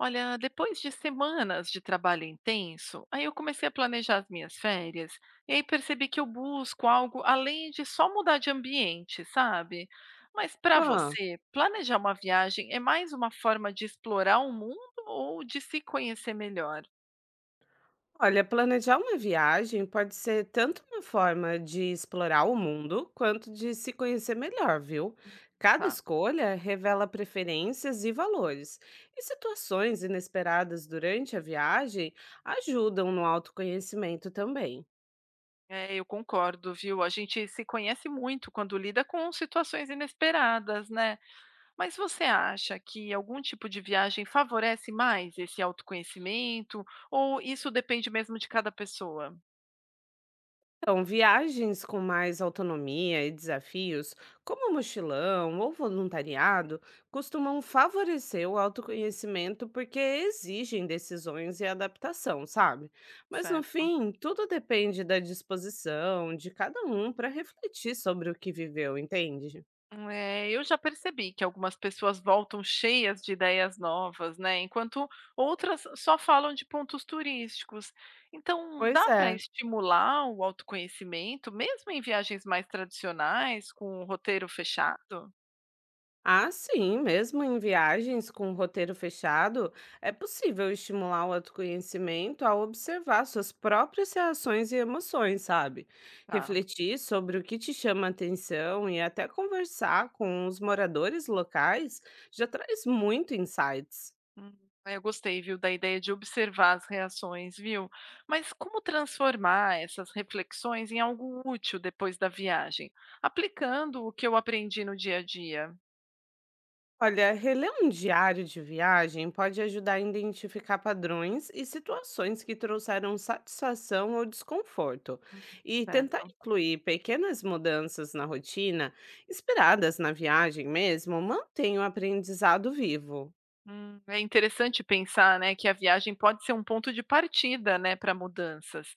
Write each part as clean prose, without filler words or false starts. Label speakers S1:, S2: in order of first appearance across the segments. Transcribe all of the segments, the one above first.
S1: Olha, depois de semanas de trabalho intenso, aí eu comecei a planejar as minhas férias, e aí percebi que eu busco algo além de só mudar de ambiente, sabe? Mas para
S2: Hã.
S1: você, planejar uma viagem é mais uma forma de explorar o mundo ou de se conhecer melhor?
S2: Olha, planejar uma viagem pode ser tanto uma forma de explorar o mundo, quanto de se conhecer melhor, viu? Cada
S1: Tá.
S2: escolha revela preferências e valores, e situações inesperadas durante a viagem ajudam no autoconhecimento também.
S1: É, eu concordo, viu? A gente se conhece muito quando lida com situações inesperadas, né? Mas você acha que algum tipo de viagem favorece mais esse autoconhecimento ou isso depende mesmo de cada pessoa?
S2: Então, viagens com mais autonomia e desafios, como mochilão ou voluntariado, costumam favorecer o autoconhecimento porque exigem decisões e adaptação, sabe? Mas no
S1: Certo.
S2: fim, tudo depende da disposição de cada um para refletir sobre o que viveu, entende?
S1: É, eu já percebi que algumas pessoas voltam cheias de ideias novas, né? Enquanto outras só falam de pontos turísticos. Então,
S2: Pois
S1: dá para
S2: é,
S1: estimular o autoconhecimento, mesmo em viagens mais tradicionais, com um roteiro fechado?
S2: ah, sim, mesmo em viagens com roteiro fechado, é possível estimular o autoconhecimento ao observar suas próprias reações e emoções, sabe?
S1: Tá.
S2: Refletir sobre o que te chama atenção e até conversar com os moradores locais já traz muito insights.
S1: Hum, ah, eu gostei, viu, da ideia de observar as reações, viu? Mas como transformar essas reflexões em algo útil depois da viagem, aplicando o que eu aprendi no dia a dia?
S2: Olha, reler um diário de viagem pode ajudar a identificar padrões e situações que trouxeram satisfação ou desconforto,
S1: Hum,
S2: e tentar
S1: certo.
S2: incluir pequenas mudanças na rotina, inspiradas na viagem mesmo, mantém o aprendizado vivo.
S1: É interessante pensar, né, que a viagem pode ser um ponto de partida, né, para mudanças.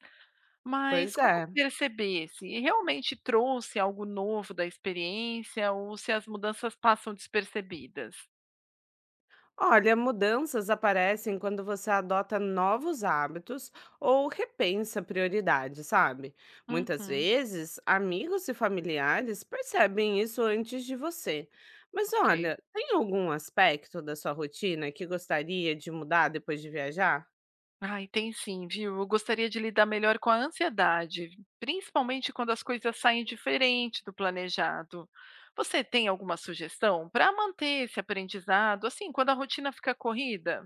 S1: Mas
S2: Pois
S1: como
S2: é.
S1: perceber se realmente trouxe algo novo da experiência ou se as mudanças passam despercebidas?
S2: Olha, mudanças aparecem quando você adota novos hábitos ou repensa prioridades, sabe? Muitas
S1: Uhum,
S2: vezes, amigos e familiares percebem isso antes de você. Mas
S1: ok.
S2: olha, tem algum aspecto da sua rotina que gostaria de mudar depois de viajar?
S1: Ai, tem sim, viu? Eu gostaria de lidar melhor com a ansiedade, principalmente quando as coisas saem diferente do planejado. Você tem alguma sugestão para manter esse aprendizado, assim, quando a rotina fica corrida?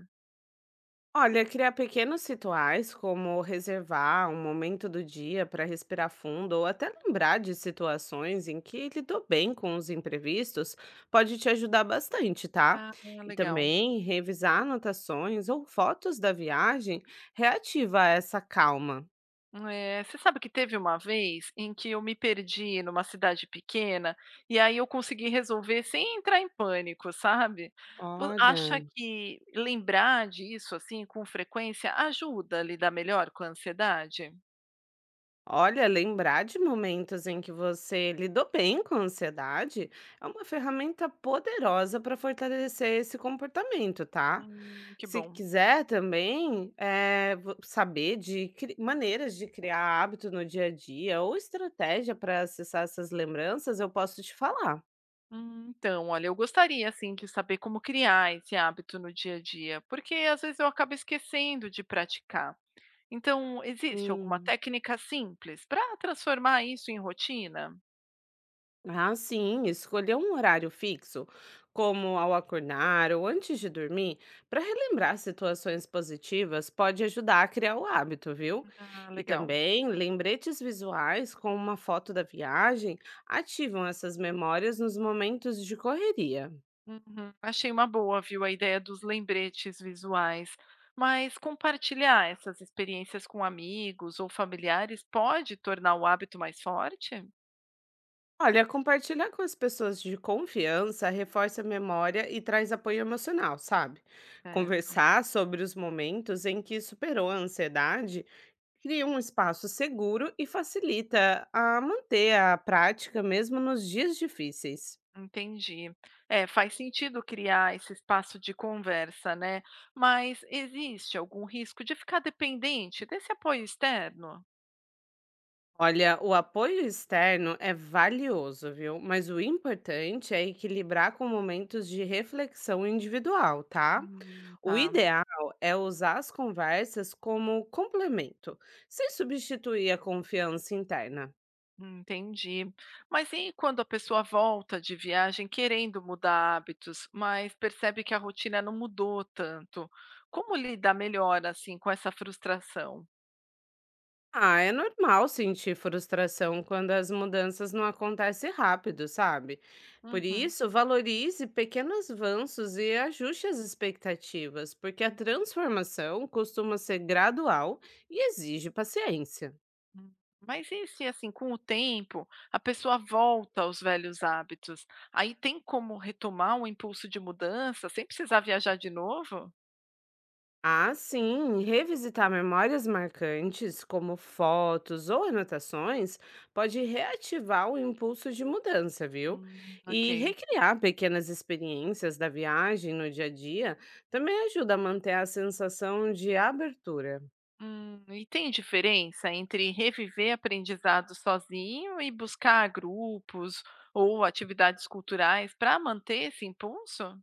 S2: Olha, criar pequenos rituais, como reservar um momento do dia para respirar fundo ou até lembrar de situações em que lidou bem com os imprevistos, pode te ajudar bastante, tá?
S1: Ah,
S2: E
S1: legal.
S2: também revisar anotações ou fotos da viagem reativa essa calma.
S1: É, você sabe que teve uma vez em que eu me perdi numa cidade pequena e aí eu consegui resolver sem entrar em pânico, sabe? Acha
S2: Olha.
S1: que lembrar disso assim com frequência ajuda a lidar melhor com a ansiedade?
S2: Olha, lembrar de momentos em que você lidou bem com a ansiedade é uma ferramenta poderosa para fortalecer esse comportamento, tá?
S1: Que
S2: Se
S1: bom.
S2: quiser também, vo saber de cri maneiras de criar hábito no dia a dia ou estratégia para acessar essas lembranças, eu posso te falar.
S1: Então, olha, eu gostaria, assim, de saber como criar esse hábito no dia a dia, porque às vezes eu acabo esquecendo de praticar. Então, existe alguma
S2: Hum.
S1: técnica simples para transformar isso em rotina?
S2: Ah, sim, escolher um horário fixo, como ao acordar ou antes de dormir, para relembrar situações positivas, pode ajudar a criar o hábito, viu?
S1: Ah,
S2: E
S1: legal.
S2: também lembretes visuais com uma foto da viagem ativam essas memórias nos momentos de correria.
S1: Uhum. Achei uma boa, viu, a ideia dos lembretes visuais. Mas compartilhar essas experiências com amigos ou familiares pode tornar o hábito mais forte?
S2: Olha, compartilhar com as pessoas de confiança reforça a memória e traz apoio emocional, sabe?
S1: Certo.
S2: Conversar sobre os momentos em que superou a ansiedade cria um espaço seguro e facilita a manter a prática mesmo nos dias difíceis.
S1: Entendi. É, faz sentido criar esse espaço de conversa, né? Mas existe algum risco de ficar dependente desse apoio externo?
S2: Olha, o apoio externo é valioso, viu? Mas o importante é equilibrar com momentos de reflexão individual, tá? O
S1: Tá,
S2: ideal é usar as conversas como complemento, sem substituir a confiança interna.
S1: entendi. Mas e quando a pessoa volta de viagem querendo mudar hábitos, mas percebe que a rotina não mudou tanto? Como lidar melhor assim com essa frustração?
S2: Ah, é normal sentir frustração quando as mudanças não acontecem rápido, sabe? Por
S1: Uhum.
S2: isso, valorize pequenos avanços e ajuste as expectativas, porque a transformação costuma ser gradual e exige paciência.
S1: Hum. Mas e se, assim, com o tempo, a pessoa volta aos velhos hábitos? Aí tem como retomar um impulso de mudança sem precisar viajar de novo?
S2: Ah, sim, revisitar memórias marcantes, como fotos ou anotações, pode reativar o impulso de mudança, viu?
S1: Ok.
S2: E recriar pequenas experiências da viagem no dia a dia também ajuda a manter a sensação de abertura.
S1: E tem diferença entre reviver aprendizado sozinho e buscar grupos ou atividades culturais para manter esse impulso?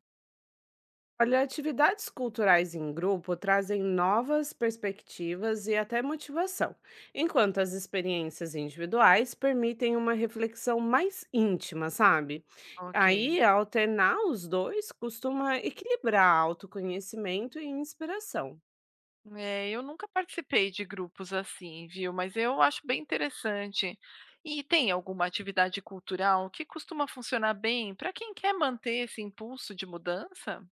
S2: Olha, atividades culturais em grupo trazem novas perspectivas e até motivação, enquanto as experiências individuais permitem uma reflexão mais íntima, sabe?
S1: Ok.
S2: Aí, alternar os dois costuma equilibrar autoconhecimento e inspiração.
S1: É, eu nunca participei de grupos assim, viu? Mas eu acho bem interessante. E tem alguma atividade cultural que costuma funcionar bem para quem quer manter esse impulso de mudança?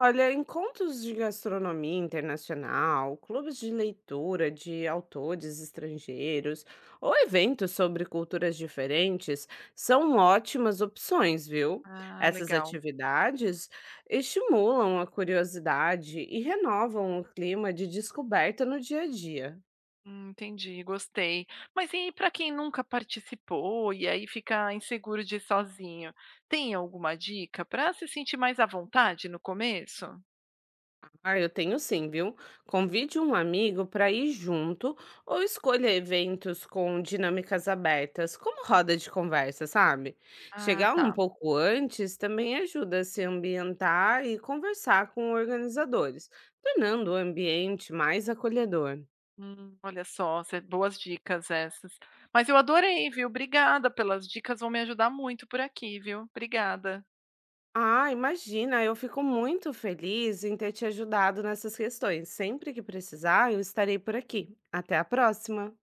S2: Olha, encontros de gastronomia internacional, clubes de leitura de autores estrangeiros ou eventos sobre culturas diferentes são ótimas opções, viu?
S1: Ah,
S2: Essas
S1: legal.
S2: atividades estimulam a curiosidade e renovam o clima de descoberta no dia a dia.
S1: Entendi, gostei. Mas e para quem nunca participou e aí fica inseguro de ir sozinho, tem alguma dica para se sentir mais à vontade no começo?
S2: Ah, eu tenho sim, viu? Convide um amigo para ir junto ou escolha eventos com dinâmicas abertas, como roda de conversa, sabe?
S1: Ah,
S2: Chegar um
S1: tá.
S2: pouco antes também ajuda a se ambientar e conversar com organizadores, tornando o ambiente mais acolhedor.
S1: Olha só, ce boas dicas essas. Mas eu adorei, viu. Obrigada pelas dicas, vão me ajudar muito por aqui, viu. Obrigada.
S2: Ah, imagina, eu fico muito feliz em ter te ajudado nessas questões. Sempre que precisar, eu estarei por aqui. Até a próxima!